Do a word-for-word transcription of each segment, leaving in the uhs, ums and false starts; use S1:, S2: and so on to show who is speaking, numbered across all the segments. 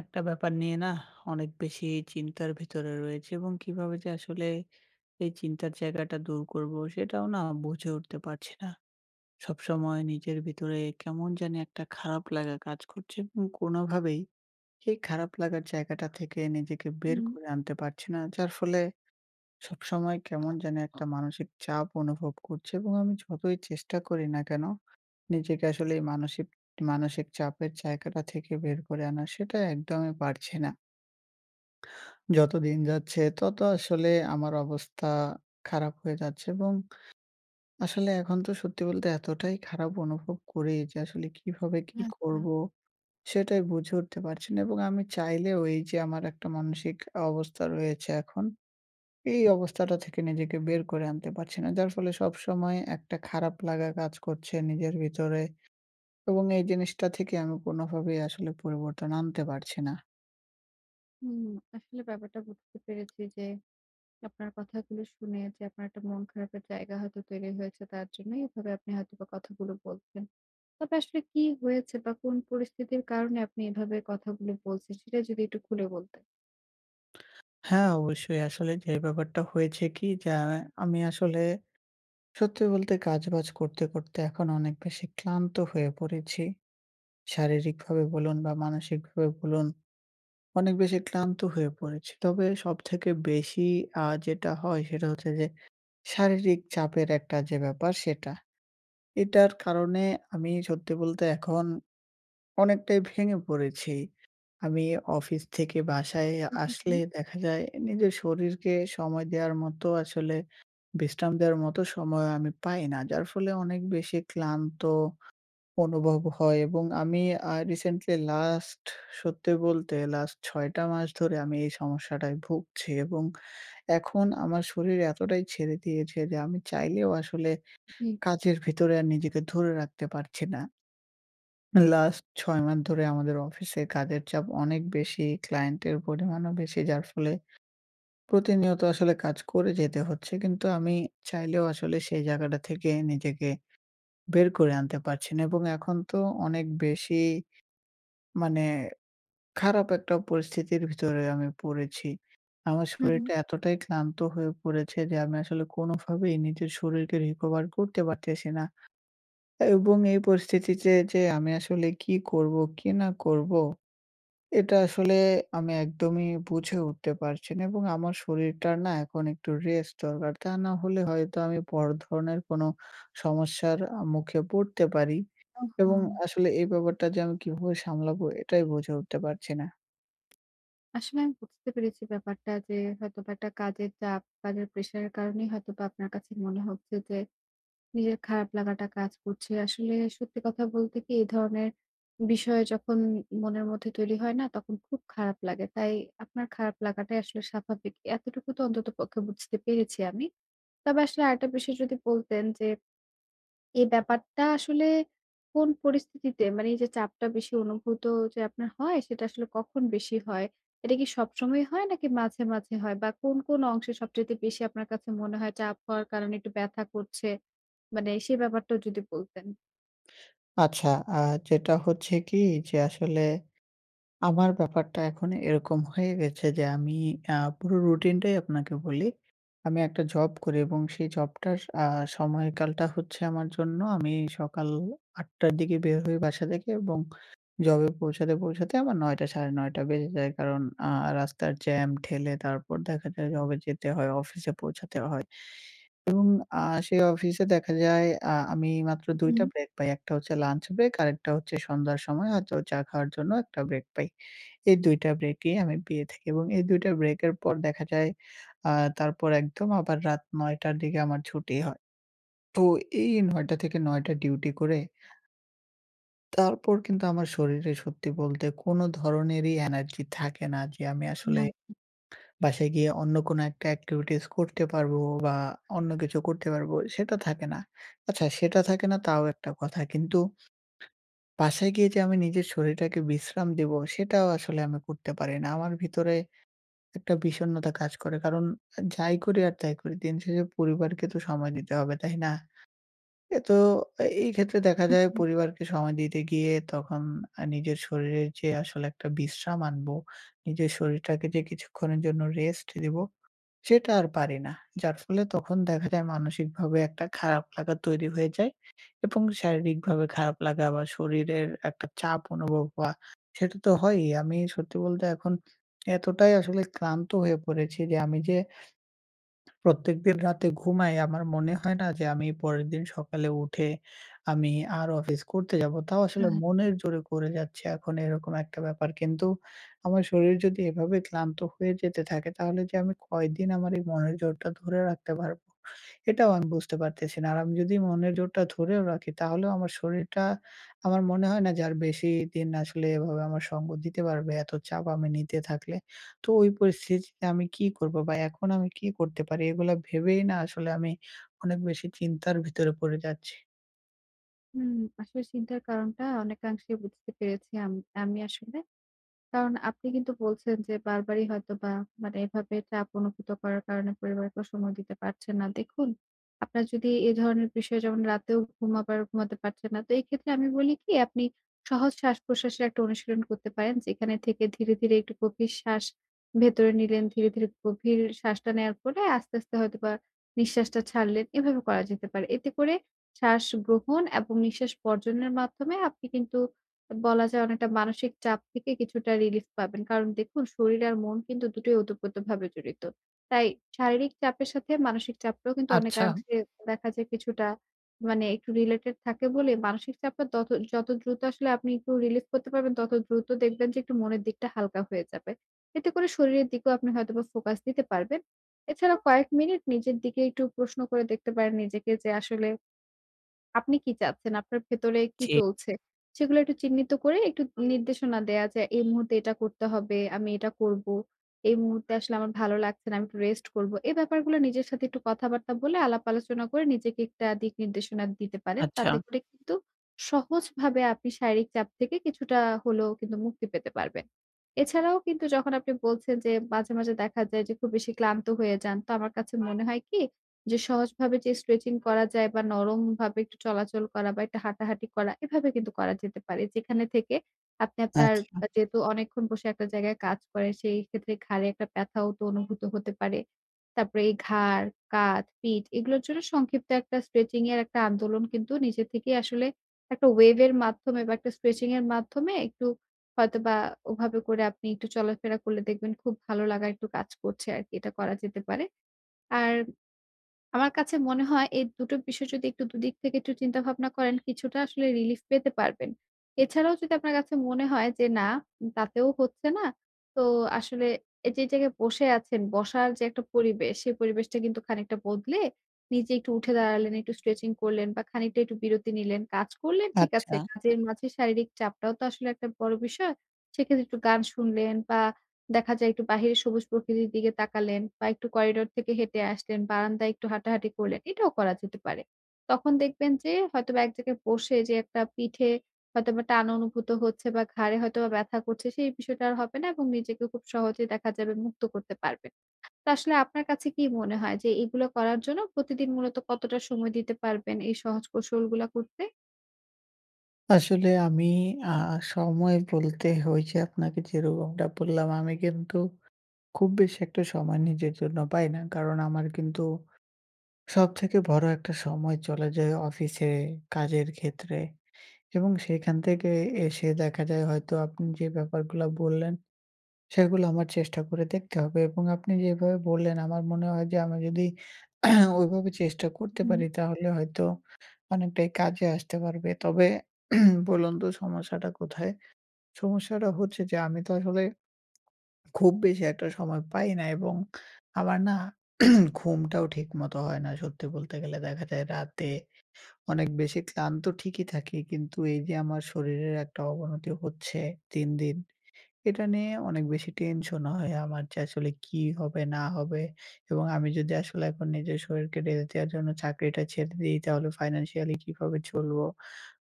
S1: একটা ব্যাপার নিয়ে না অনেক বেশি চিন্তার ভিতরে রয়েছে এবং কিভাবে যে আসলে এই চিন্তার জায়গাটা দূর করব সেটাও না বুঝে উঠতে পারছি না। সবসময় নিজের ভিতরে কেমন জানি একটা খারাপ লাগা কাজ করছে এবং কোনোভাবেই এই খারাপ লাগার জায়গাটা থেকে নিজেকে বের
S2: হুম,
S1: করে আনতে পারছি না। যার ফলে সবসময় কেমন জানি একটা মানসিক চাপ অনুভব করছি এবং আমি যতই চেষ্টা করি না কেন নিজেকে আসলে এই মানসিক মানসিক চাপের জায়গাটা থেকে বের করে আনা সেটা একদমই পারছি না। যত দিন যাচ্ছে তত আসলে আমার অবস্থা খারাপ হয়ে যাচ্ছে এবং আসলে এখন তো সত্যি বলতে এতটাই খারাপ অনুভব করি যে আসলে কিভাবে কি
S2: আচ্ছা।
S1: করব সেটাই বুঝে উঠতে পারছি না এবং আমি চাইলেও এই যে আমার একটা মানসিক অবস্থা রয়েছে এখন এই অবস্থাটা থেকে নিজেকে বের করে আনতে পারছি না, যার ফলে সব সময় একটা খারাপ লাগা কাজ করছে নিজের ভিতরে এবং এই জিনিসটা থেকে আমি কোনোভাবেই আসলে পরিবর্তন আনতে পারছি না।
S2: হুম, আসলে ব্যাপারটা বুঝতে পেরেছি যে, আপনার কথাগুলো শুনে যে আপনার একটা মন খারাপের জায়গা হয়তো তৈরি হয়েছে তার জন্যই এভাবে আপনি হয়তোবা কথাগুলো বলছেন। তবে আসলে কি হয়েছে বা কোন পরিস্থিতির কারণে আপনি এভাবে কথাগুলো বলছেন সেটা যদি একটু খুলে বলতেন।
S1: হ্যাঁ, অবশ্যই। আসলে যে ব্যাপারটা হয়েছে কি, যে আমি আসলে সত্যি বলতে কাজ-বাজ করতে করতে এখন অনেক বেশি ক্লান্ত হয়ে পড়েছি। শারীরিকভাবে বলুন বা মানসিকভাবে বলুন, অনেক বেশি ক্লান্ত হয়ে পড়েছি। তবে সবথেকে বেশি আ যেটা হয় সেটা হচ্ছে যে শারীরিক চাপের একটা যে ব্যাপার সেটা। এটার কারণে আমি সত্যি বলতে এখন অনেকটাই ভেঙে পড়েছি। আমি অফিস থেকে বাসায়
S2: হুম,
S1: আসলে
S2: হুম।
S1: দেখা যায় নিজের শরীরকে সময় দেওয়ার মতো আসলে বিশ্রাম দেওয়ার মতো সময় আমি পাই না। যার ফলে অনেক বেশি ক্লান্ত অনুভব হয় এবং আমি আ রিসেন্টলি লাস্ট সত্যি বলতে লাস্ট ছয়টা মাস ধরে আমি এই সমস্যাটায় ভুগছি এবং এখন আমার শরীর এতটাই ছেড়ে দিয়েছে যে আমি চাইলেও আসলে
S2: জি।
S1: কাজের ভিতরে আর নিজেকে ধরে রাখতে পারছি না। লাস্ট ছয় মাস ধরে আমাদের অফিসে কাজের চাপ অনেক বেশি, ক্লায়েন্টের পরিমাণও বেশি। যার ফলে প্রতিনিয়ত আসলে কাজ করে যেতে হচ্ছে। কিন্তু আমি চাইলেও আসলে সেই জায়গাটা থেকে নিজেকে বের করে আনতে পারছি না এবং এখন তো অনেক বেশি মানে খারাপ একটা পরিস্থিতির ভিতরে আমি পড়েছি। আমার
S2: হুম, হুম।
S1: শরীরটা এতটাই ক্লান্ত হয়ে পড়েছে যে আমি আসলে কোনোভাবেই নিজের শরীরকে রিকভার করতে পারতেছি না। এবং এই পরিস্থিতিতে যে আমি আসলে কি করব, কি না করব এটা আসলে আমি একদমই বুঝে উঠতে পারছি না এবং আমার শরীরটার না এখন একটু রেস্ট দরকার। তা না হলে হয়তো আমি বড় ধরনের কোনো সমস্যার আ মুখে পড়তে পারি
S2: হুম।
S1: এবং
S2: ওহো!
S1: আসলে এই ব্যাপারটা যে আমি কিভাবে সামলাবো এটাই বুঝে উঠতে পারছি না।
S2: আসলে আমি বুঝতে পেরেছি ব্যাপারটা যে হয়তোবা একটা কাজের চাপ, কাজের প্রেশার এর কারণেই হয়তোবা আপনার কাছে মনে হচ্ছে যে নিজের খারাপ লাগাটা কাজ করছে। আসলে সত্যি কথা বলতে কি এই ধরনের বিষয় যখন মনের মধ্যে তৈরি হয় না, তখন খুব খারাপ লাগে। তাই আপনার খারাপ লাগাটাই আসলে স্বাভাবিক। এতটুকু তো অন্ততপক্ষে বুঝতে পেরেছি আমি। তবে আসলে আরেকটা বিষয় যদি বলতেন যে এই ব্যাপারটা আসলে কোন পরিস্থিতিতে, মানে এই যে চাপটা বেশি অনুভূত যে আপনার হয়, সেটা আসলে কখন বেশি হয়? এটা কি সবসময় হয় নাকি মাঝে, মাঝে হয়? বা কোন, কোন অংশে সবচাইতে বেশি আপনার কাছে মনে হয় চাপ হওয়ার কারণে একটু ব্যথা করছে? মানে সেই ব্যাপারটাও যদি বলতেন।
S1: আচ্ছা, আ যেটা হচ্ছে কি যে আসলে আমার ব্যাপারটা এখন এরকম হয়ে গেছে যে আমি আ পুরো রুটিনটাই আপনাকে বলি। আমি একটা জব করি এবং সেই জবটার আ সময়কালটা হচ্ছে আমার জন্য, আমি সকাল আটটার দিকে বের হই বাসা থেকে এবং জবে পৌঁছাতে পৌঁছাতে আমার নয়টা নয়টা ত্রিশ বেজে যায়। কারণ আ রাস্তার জ্যাম ঠেলে তারপর দেখা যায় জবে যেতে হয়, অফিসে পৌঁছাতে হয়। এবং আ সেই অফিসে দেখা যায় আ আমি মাত্র দুই
S2: হুম,
S1: টা ব্রেক পাই। একটা হচ্ছে লাঞ্চ ব্রেক, আরেকটা হচ্ছে সন্ধ্যার সময় হয়তো চা খাওয়ার জন্য একটা ব্রেক পাই। এই দুই টা ব্রেকই আমি পেয়ে থাকি এবং এই দুই টা ব্রেকের পর দেখা যায় আ তারপর একদম আবার রাত নয় টার দিকে আমার ছুটি হয়। তো এই নয় টা থেকে নয় টা ডিউটি করে তারপর কিন্তু আমার শরীরে সত্যি বলতে কোনো ধরনেরই এনার্জি থাকে না যে আমি আসলে
S2: না।
S1: বাসায় গিয়ে অন্য কোনো একটা এক্টিভিটিস করতে পারবো বা অন্য কিছু করতে পারবো, সেটা থাকে না। আচ্ছা, সেটা থাকে না তাও একটা কথা, কিন্তু বাসায় গিয়ে যে আমি নিজের শরীরটাকে বিশ্রাম দেব সেটাও আসলে আমি করতে পারি না। আমার ভিতরে একটা বিষণ্ণতা কাজ করে। কারণ যাই করি আর তাই করি। দিন শেষে পরিবারকে তো সময় দিতে হবে, তাই না? এ তো, এই ক্ষেত্রে দেখা যায় পরিবারকে সময় দিতে গিয়ে তখন আ নিজের শরীরের যে আসলে একটা বিশ্রাম আনবো, নিজের শরীরটাকে যে কিছুক্ষণের জন্য রেস্ট দিব, সেটা আর পারি না। যার ফলে তখন দেখা যায় মানসিকভাবে একটা খারাপ লাগা তৈরি হয়ে যায়। এবং শারীরিকভাবে খারাপ লাগা বা শরীরের একটা চাপ অনুভব হওয়া, সেটা তো হয়ই। আমি সত্যি বলতে এখন এতটাই আসলে ক্লান্ত হয়ে পড়েছি যে আমি যে প্রত্যেকদিন রাতে ঘুমাই আমার মনে হয় না যে আমি পরের দিন সকালে উঠে আমি আর অফিস করতে যাব। তাও আসলে মনের জোরে করে যাচ্ছি এখন, এরকম একটা ব্যাপার। কিন্তু আমার শরীর যদি এভাবে ক্লান্ত হয়ে যেতে থাকে তাহলে যে আমি কয়দিন আমার এই মনের জোরটা ধরে রাখতে পারবো, এটাও আমি বুঝতে পারতেছি না। আর আমি যদি মনের জোরটা ধরেও রাখি তাহলেও আমার শরীরটা আমার মনে হয় না যে আর বেশি দিন আসলে এভাবে আমার সঙ্গ দিতে পারবে এত চাপ আমি নিতে থাকলে। তো ওই পরিস্থিতিতে আমি কি করব বা এখন আমি কি করতে পারি? এগুলা ভেবেই না আসলে আমি অনেক বেশি চিন্তার ভিতরে পড়ে যাচ্ছি।
S2: হুম, আসলে চিন্তার কারণটা অনেকাংশে বুঝতে পেরেছি আম আমি আসলে। কারণ আপনি কিন্তু বলছেন যে বারবারই হয়তোবা, মানে এভাবে চাপ অনুভূত করার কারণে পরিবারকেও সময় দিতে পারছেন না। দেখুন, আপনার যদি এ ধরনের বিষয় যেমন রাতেও ঘুমাবার ঘুমাতে পারছেন না, তো এই ক্ষেত্রে আমি বলি কি আপনি সহজ শ্বাস-প্রশ্বাসের একটা অনুশীলন করতে পারেন। যেখানে থেকে ধীরে, ধীরে একটু গভীর শ্বাস ভেতরে নিলেন, ধীরে, ধীরে গভীর শ্বাসটা নেওয়ার পরে আস্তে, আস্তে হয়তোবা নিঃশ্বাসটা ছাড়লেন। এভাবে করা যেতে পারে। এতে করে শ্বাস গ্রহণ এবং নিঃশ্বাস বর্জনের মাধ্যমে আপনি কিন্তু বলা যায় অনেকটা মানসিক চাপ থেকে কিছুটা রিলিফ পাবেন। কারণ দেখুন, শরীর আর মন কিন্তু দুটোই ওতপ্রোতভাবে জড়িত। তাই শারীরিক চাপের সাথে মানসিক চাপটাও কিন্তু
S1: আচ্ছা,
S2: অনেকাংশে দেখা যায় কিছুটা, মানে একটু রিলেটেড থাকে বলে মানসিক চাপটা তত, যত দ্রুত আসলে আপনি একটু রিলিফ করতে পারবেন, তত দ্রুত দেখবেন যে একটু মনের দিকটা হালকা হয়ে যাবে। এতে করে শরীরের দিকেও আপনি হয়তোবা ফোকাস দিতে পারবেন। এছাড়া কয়েক মিনিট নিজের দিকে একটু প্রশ্ন করে দেখতে পারেন নিজেকে যে আসলে আপনি কি চাচ্ছেন? আপনার ভেতরে কি
S1: জি,
S2: চলছে? সেগুলো একটু চিহ্নিত করে একটু নির্দেশনা দেয়া যে, এই মুহূর্তে এটা করতে হবে, আমি এটা করব। এই মুহূর্তে আসলে আমার ভালো লাগছে না, আমি একটু রেস্ট করব। এই ব্যাপারগুলো নিজের সাথে একটু কথাবার্তা বলে, আলাপ আলোচনা করে নিজেকে একটা দিক নির্দেশনা দিতে পারেন।
S1: আচ্ছা।
S2: তাতে করে কিন্তু সহজভাবে আপনি শারীরিক চাপ থেকে কিছুটা হলেও কিন্তু মুক্তি পেতে পারবেন। এছাড়াও কিন্তু যখন আপনি বলছেন যে মাঝে, মাঝে দেখা যায় যে খুব বেশি ক্লান্ত হয়ে যান। তো আমার কাছে মনে হয় কি যে সহজভাবে যে স্ট্রেচিং করা যায় বা নরমভাবে একটু চলাচল করা বা একটু হাঁটাহাঁটি করা, এভাবে কিন্তু করা যেতে পারে। যেখানে থেকে আপনি আপনার,
S1: আচ্ছা,
S2: আ যেহেতু অনেকক্ষণ বসে একটা জায়গায় কাজ করেন, সেই ক্ষেত্রে ঘাড়ে একটা ব্যথাও তো অনুভূত হতে পারে। তারপরে এই ঘাড়, কাঁধ, পিঠ এগুলোর জন্য সংক্ষিপ্ত একটা স্ট্রেচিং এর একটা আন্দোলন কিন্তু নিজে থেকেই আসলে একটা ওয়েভ এর মাধ্যমে বা একটা স্ট্রেচিং এর মাধ্যমে একটু হয়তোবা ওভাবে করে আপনি একটু চলাফেরা করলে দেখবেন খুব ভালো লাগা একটু কাজ করছে আরকি। এটা করা যেতে পারে। আর আমার কাছে মনে হয় এই দুটো বিষয় যদি একটু দুদিক থেকে একটু চিন্তা ভাবনা করেন, কিছুটা আসলে রিলিফ পেতে পারবেন। এছাড়াও যদি আপনার কাছে মনে হয় যে না, তাতেও হচ্ছে না, তো আসলে এই যে জায়গায় বসে আছেন, বসার যে একটা পরিবেশ, সেই পরিবেশটা কিন্তু খানিকটা বদলে নিজে একটু উঠে দাঁড়ালেন, একটু স্ট্রেচিং করলেন বা খানিকটা একটু বিরতি নিলেন, কাজ করলেন, ঠিক আছে।
S1: আচ্ছা।
S2: কাজের মাঝে শারীরিক চাপটাও তো আসলে একটা বড় বিষয়। সেক্ষেত্রে একটু গান শুনলেন বা দেখা যায় একটু বাহিরে সবুজ প্রকৃতির দিকে তাকালেন বা একটু করিডোর থেকে হেঁটে আসলেন, বারান্দায় একটু হাঁটাহাঁটি করলেন। এটাও করা যেতে পারে। তখন দেখবেন যে হয়তোবা এক জায়গায় বসে যে একটা পিঠে হয়তোবা টান অনুভূত হচ্ছে বা ঘাড়ে হয়তোবা ব্যথা করছে, সেই বিষয়টা আর হবে না এবং নিজেকে খুব সহজেই দেখা যাবে মুক্ত করতে পারবেন। তো আসলে আপনার কাছে কি মনে হয় যে এগুলো করার জন্য প্রতিদিন মূলত কতটা সময় দিতে পারবেন এই সহজ কৌশলগুলা করতে?
S1: আসলে আমি আ সময় বলতে ওই যে আপনাকে যেরকমটা বললাম, আমি কিন্তু খুব বেশি একটা সময় নিজের জন্য পাই না। কারণ আমার কিন্তু সবথেকে বড় একটা সময় চলে যায় অফিসে, কাজের ক্ষেত্রে, এবং সেখান থেকে এসে দেখা যায় হয়তো আপনি যে ব্যাপারগুলা বললেন সেগুলো আমার চেষ্টা করে দেখতে হবে এবং আপনি যেভাবে বললেন আমার মনে হয় যে আমি যদি ওইভাবে চেষ্টা করতে
S2: হুম,
S1: পারি তাহলে হয়তো অনেকটাই কাজে আসতে পারবে। তবে বলুন তো সমস্যাটা কোথায়? সমস্যাটা হচ্ছে যে আমি তো আসলে খুব বেশি একটা সময় পাই না এবং আমার না ঘুমটাও ঠিকমতো হয় না। সত্যি বলতে গেলে দেখা যায় রাতে অনেক বেশি ক্লান্ত ঠিকই থাকি, কিন্তু এই যে আমার শরীরের একটা অবনতি হচ্ছে দিন দিন, এটা নিয়ে অনেক বেশি টেনশন হয় আমার যে আসলে কি হবে না হবে, এবং আমি যদি আসলে এখন নিজের শরীরকে ঢেলে দেওয়ার জন্য চাকরিটা ছেড়ে দিই তাহলে ফাইন্যান্সিয়ালি কিভাবে চলবো?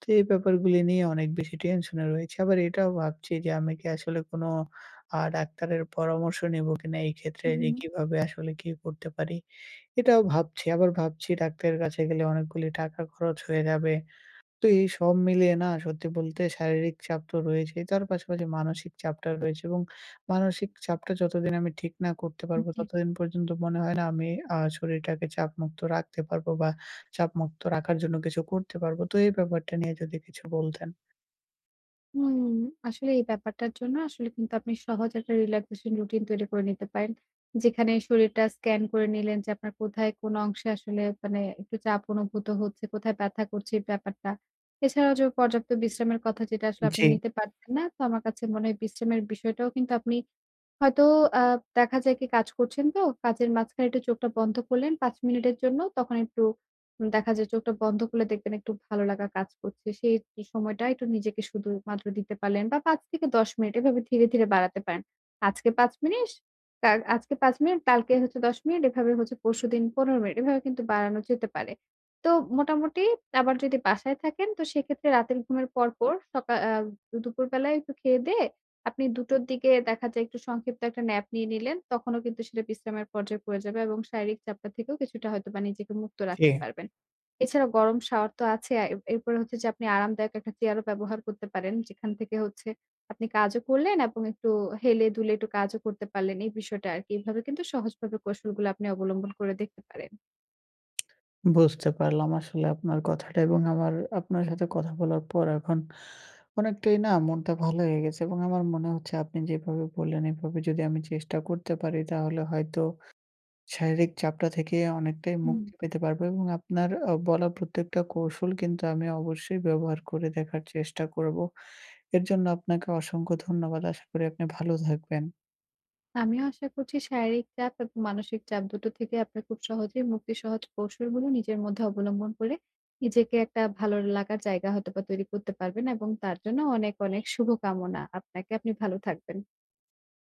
S1: তো এই ব্যাপারগুলি নিয়ে অনেক বেশি টেনশনে রয়েছি। আবার এটাও ভাবছি যে আমি কি আসলে কোনো আ ডাক্তারের পরামর্শ নিবো কিনা এই ক্ষেত্রে, যে
S2: হুম,
S1: কিভাবে আসলে কি করতে পারি? এটাও ভাবছি। আবার ভাবছি ডাক্তারের কাছে গেলে অনেকগুলি টাকা খরচ হয়ে যাবে। তো এই সব মিলিয়ে না সত্যি বলতে শারীরিক চাপ তো রয়েছেই। তার পাশাপাশি মানসিক চাপটা রয়েছে এবং মানসিক চাপটা যতদিন আমি ঠিক না করতে পারবো,
S2: হুম।
S1: ততদিন পর্যন্ত মনে হয় না আমি আ শরীরটাকে চাপমুক্ত রাখতে পারবো বা চাপমুক্ত রাখার জন্য কিছু করতে পারবো। তো এই ব্যাপারটা নিয়ে যদি কিছু বলতেন।
S2: হুম, আসলে এই ব্যাপারটার জন্য আসলে কিন্তু আপনি সহজ একটা রিল্যাক্সেশন রুটিন তৈরি করে নিতে পারেন। যেখানে শরীরটা স্ক্যান করে নিলেন যে আপনার কোথায় কোন অংশে আসলে, মানে একটু চাপ অনুভূত হচ্ছে, কোথায় ব্যথা করছে এই ব্যাপারটা। এছাড়াও যে পর্যাপ্ত বিশ্রামের কথা যেটা আসলে আপনি
S1: জি,
S2: নিতে পারছেন না, তো আমার কাছে মনে হয় বিশ্রামের বিষয়টাও কিন্তু আপনি হয়তো আ দেখা যায় কি, কাজ করছেন তো, কাজের মাঝখানে একটু চোখটা বন্ধ করলেন পাঁচ মিনিটের জন্য। তখন একটু দেখা যায় চোখটা বন্ধ করলে দেখবেন একটু ভালো লাগা কাজ করছে। সেই সময়টা একটু নিজেকে শুধুমাত্র দিতে পারলেন বা পাঁচ থেকে দশ মিনিট এভাবে ধীরে, ধীরে বাড়াতে পারেন। আজকে পাঁচ মিনিট, কাল আজকে পাঁচ মিনিট, কালকে হচ্ছে দশ মিনিট, এভাবে হচ্ছে পরশুদিন পনেরো মিনিট, এভাবে কিন্তু বাড়ানো যেতে পারে। তো মোটামুটি আবার যদি বাসায় থাকেন, তো সেক্ষেত্রে রাতের ঘুমের পরপর সকা আ দুপুরবেলায় একটু খেয়ে দেয়ে আপনি দুইটার দিকে দেখা যায় একটু সংক্ষিপ্ত একটা ন্যাপ নিয়ে নিলেন। তখনও কিন্তু সেটা বিশ্রামের পর্যায়ে পড়ে যাবে এবং শারীরিক চাপটা থেকেও কিছুটা হয়তোবা নিজেকে মুক্ত
S1: জি।
S2: রাখতে পারবেন। এছাড়া গরম শাওয়ার তো আছে। আ এর এরপরে হচ্ছে যে আপনি আরামদায়ক একটা চেয়ারও ব্যবহার করতে পারেন। যেখান থেকে হচ্ছে আপনি কাজও করলেন এবং একটু হেলে-দুলে একটু কাজও করতে পারলেন, এই বিষয়টা আরকি। এভাবে কিন্তু সহজভাবে কৌশলগুলো আপনি অবলম্বন করে দেখতে পারেন।
S1: বুঝতে পারলাম আসলে আপনার কথাটা এবং আমার আপনার সাথে কথা বলার পর এখন অনেকটাই না মনটা ভালো হয়ে গেছে, এবং আমার মনে হচ্ছে আপনি যেভাবে বললেন এভাবে যদি আমি চেষ্টা করতে পারি তাহলে হয়তো শারীরিক চাপটা থেকে অনেকটাই
S2: হুম।
S1: মুক্তি পেতে পারবো এবং আপনার আ বলা প্রত্যেকটা কৌশল কিন্তু আমি অবশ্যই ব্যবহার করে দেখার চেষ্টা করব। এর জন্য আপনাকে অসংখ্য ধন্যবাদ। আশা করি আপনি ভালো থাকবেন।
S2: আমিও আশা করছি শারীরিক চাপ এবং মানসিক চাপ দুটো থেকে আপনি খুব সহজেই মুক্তির সহজ কৌশলগুলো নিজের মধ্যে অবলম্বন করে নিজেকে একটা ভালো লাগার জায়গা হয়তোবা তৈরি করতে পারবেন এবং তার জন্য অনেক, অনেক শুভকামনা আপনাকে। আপনি ভালো থাকবেন।